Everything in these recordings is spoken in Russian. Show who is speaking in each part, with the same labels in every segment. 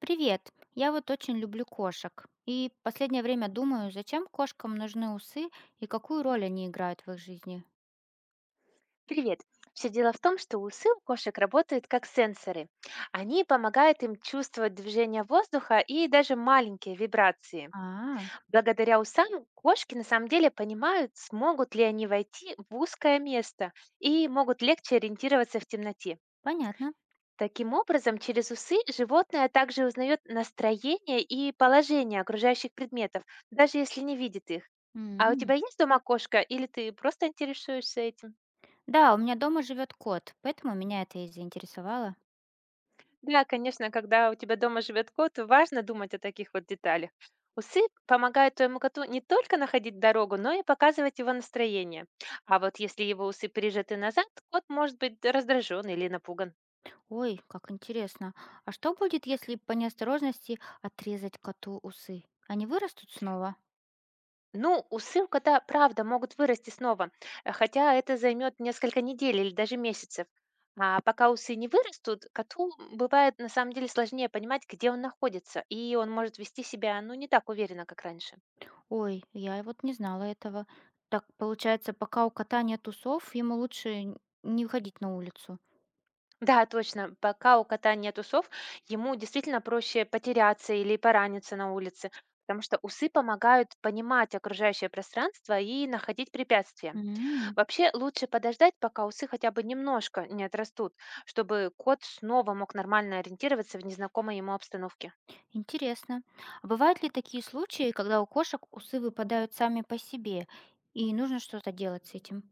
Speaker 1: Привет. Я вот очень люблю кошек. И последнее время думаю, зачем кошкам нужны усы и какую роль они играют в их жизни.
Speaker 2: Привет. Все дело в том, что усы у кошек работают как сенсоры. Они помогают им чувствовать движение воздуха и даже маленькие вибрации.
Speaker 1: А,
Speaker 2: Благодаря усам кошки на самом деле понимают, смогут ли они войти в узкое место и могут легче ориентироваться в темноте.
Speaker 1: понятно.
Speaker 2: Таким образом, через усы животное также узнает настроение и положение окружающих предметов, даже если не видит их. А у
Speaker 1: М.
Speaker 2: тебя есть дома кошка или ты просто интересуешься этим?
Speaker 1: Да, у меня дома живет кот, поэтому меня это и заинтересовало.
Speaker 2: Да, конечно, когда у тебя дома живет кот, важно думать о таких вот деталях. Усы помогают твоему коту не только находить дорогу, но и показывать его настроение. А вот если его усы прижаты назад, кот может быть раздражен или напуган.
Speaker 1: Ой, как интересно. А что будет, если по неосторожности отрезать коту усы? Они вырастут снова?
Speaker 2: Ну, усы у кота, правда, могут вырасти снова, хотя это займет несколько недель или даже месяцев. А пока усы не вырастут, коту бывает на самом деле сложнее понимать, где он находится, и он может вести себя, ну, не так уверенно, как раньше.
Speaker 1: Ой, я и вот не знала этого. Так получается, пока у кота нет усов, ему лучше не выходить на улицу.
Speaker 2: Да, точно. Пока у кота нет усов, ему действительно проще потеряться или пораниться на улице, потому что усы помогают понимать окружающее пространство и находить препятствия.
Speaker 1: М.
Speaker 2: Вообще лучше подождать, пока усы хотя бы немножко не отрастут, чтобы кот снова мог нормально ориентироваться в незнакомой ему обстановке.
Speaker 1: Интересно. А бывают ли такие случаи, когда у кошек усы выпадают сами по себе, и нужно что-то делать с этим?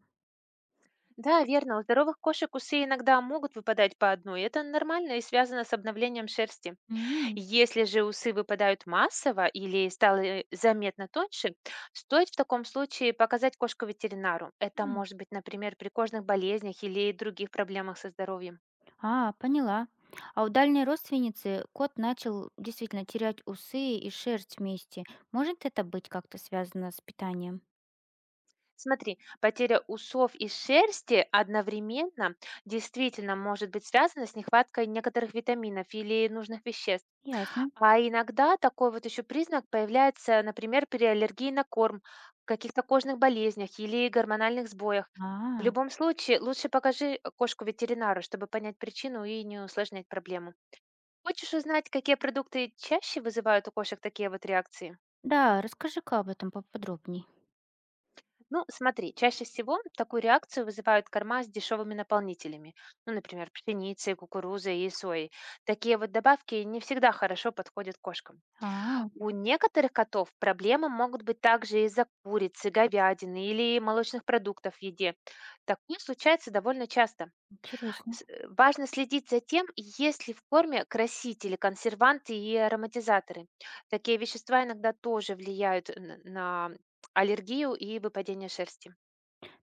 Speaker 2: Да, верно, у здоровых кошек усы иногда могут выпадать по одной. Это нормально и связано с обновлением шерсти.
Speaker 1: М,
Speaker 2: Если же усы выпадают массово или стали заметно тоньше, стоит в таком случае показать кошку ветеринару. Это
Speaker 1: м.
Speaker 2: может быть, например, при кожных болезнях или других проблемах со здоровьем.
Speaker 1: А, поняла. А у дальней родственницы кот начал действительно терять усы и шерсть вместе. Может это быть как-то связано с питанием?
Speaker 2: Смотри, потеря усов и шерсти одновременно действительно может быть связана с нехваткой некоторых витаминов или нужных веществ.
Speaker 1: Ясно.
Speaker 2: А иногда такой вот еще признак появляется, например, при аллергии на корм, каких-то кожных болезнях или гормональных сбоях. В
Speaker 1: А,
Speaker 2: любом случае, лучше покажи кошку ветеринару, чтобы понять причину и не усложнять проблему. Хочешь узнать, какие продукты чаще вызывают у кошек такие вот реакции?
Speaker 1: да, расскажи-ка об этом поподробней.
Speaker 2: Ну, смотри, чаще всего такую реакцию вызывают корма с дешевыми наполнителями, ну, например, пшеницей, кукурузой и соей. Такие вот добавки не всегда хорошо подходят кошкам.
Speaker 1: А,
Speaker 2: У некоторых котов проблемы могут быть также из-за курицы, говядины или молочных продуктов в еде. Такое случается довольно часто.
Speaker 1: интересно.
Speaker 2: Важно следить за тем, есть ли в корме красители, консерванты и ароматизаторы. Такие вещества иногда тоже влияют на аллергию и выпадение шерсти.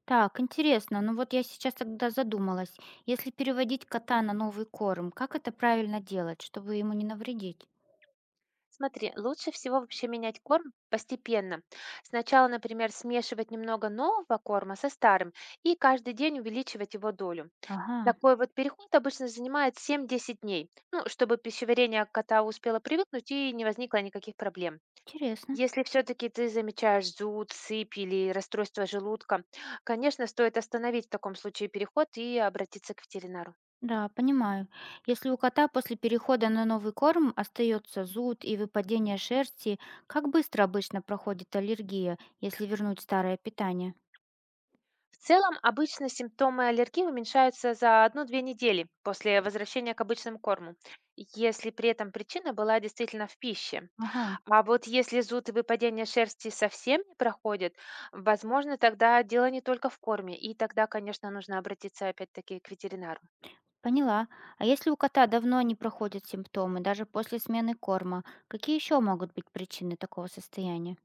Speaker 1: Так, интересно. Ну вот я сейчас тогда задумалась. Если переводить кота на новый корм, как это правильно делать, чтобы ему не навредить?
Speaker 2: Смотри, лучше всего вообще менять корм постепенно. Сначала, например, смешивать немного нового корма со старым и каждый день увеличивать его долю.
Speaker 1: Ага,
Speaker 2: Такой вот переход обычно занимает 7-10 дней, ну, чтобы пищеварение кота успело привыкнуть и не возникло никаких проблем.
Speaker 1: интересно.
Speaker 2: Если все-таки ты замечаешь зуд, сыпь или расстройство желудка, конечно, стоит остановить в таком случае переход и обратиться к ветеринару.
Speaker 1: Да, понимаю. Если у кота после перехода на новый корм остается зуд и выпадение шерсти, как быстро обычно проходит аллергия, если вернуть старое питание?
Speaker 2: В целом, обычно симптомы аллергии уменьшаются за 1-2 недели после возвращения к обычному корму, если при этом причина была действительно в пище.
Speaker 1: Ага,
Speaker 2: А вот если зуд и выпадение шерсти совсем не проходят, возможно, тогда дело не только в корме, и тогда, конечно, нужно обратиться опять-таки к ветеринару.
Speaker 1: поняла. А если у кота давно не проходят симптомы, даже после смены корма, какие еще могут быть причины такого состояния?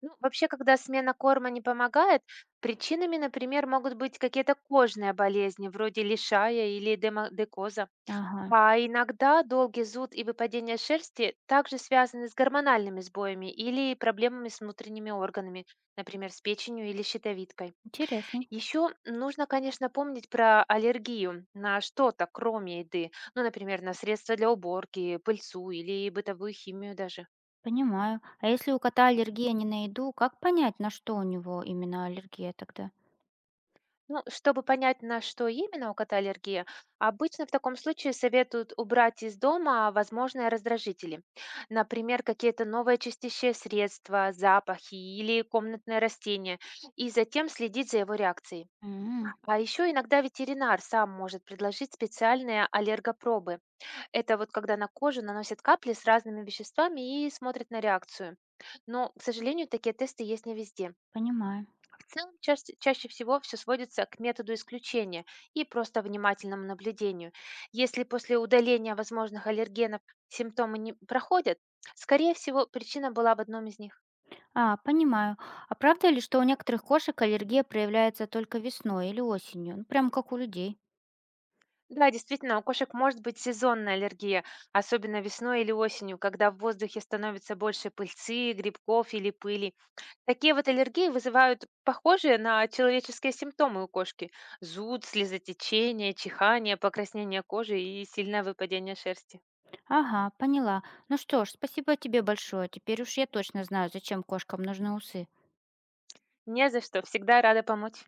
Speaker 2: Ну, вообще, когда смена корма не помогает, причинами, например, могут быть какие-то кожные болезни, вроде лишая или демодекоза.
Speaker 1: Ага,
Speaker 2: А иногда долгий зуд и выпадение шерсти также связаны с гормональными сбоями или проблемами с внутренними органами, например, с печенью или щитовидкой.
Speaker 1: интересно.
Speaker 2: Еще нужно, конечно, помнить про аллергию на что-то, кроме еды. Ну, например, на средства для уборки, пыльцу или бытовую химию даже.
Speaker 1: Понимаю. А если у кота аллергия не на еду, как понять, на что у него именно аллергия тогда?
Speaker 2: Ну, чтобы понять, на что именно у кота аллергия, обычно в таком случае советуют убрать из дома возможные раздражители. Например, какие-то новые чистящие средства, запахи или комнатные растения. И затем следить за его реакцией.
Speaker 1: М,
Speaker 2: А еще иногда ветеринар сам может предложить специальные аллергопробы. Это вот когда на кожу наносят капли с разными веществами и смотрят на реакцию. Но, к сожалению, такие тесты есть не везде.
Speaker 1: понимаю.
Speaker 2: В целом, чаще всего все сводится к методу исключения и просто внимательному наблюдению. Если после удаления возможных аллергенов симптомы не проходят, скорее всего, причина была в одном из них.
Speaker 1: А, понимаю. А правда ли, что у некоторых кошек аллергия проявляется только весной или осенью? Ну, прям как у людей.
Speaker 2: Да, действительно, у кошек может быть сезонная аллергия, особенно весной или осенью, когда в воздухе становится больше пыльцы, грибков или пыли. Такие вот аллергии вызывают похожие на человеческие симптомы у кошки: зуд, слезотечение, чихание, покраснение кожи и сильное выпадение шерсти.
Speaker 1: Ага, поняла. Ну что ж, спасибо тебе большое. Теперь уж я точно знаю, зачем кошкам нужны усы.
Speaker 2: Не за что, всегда рада помочь.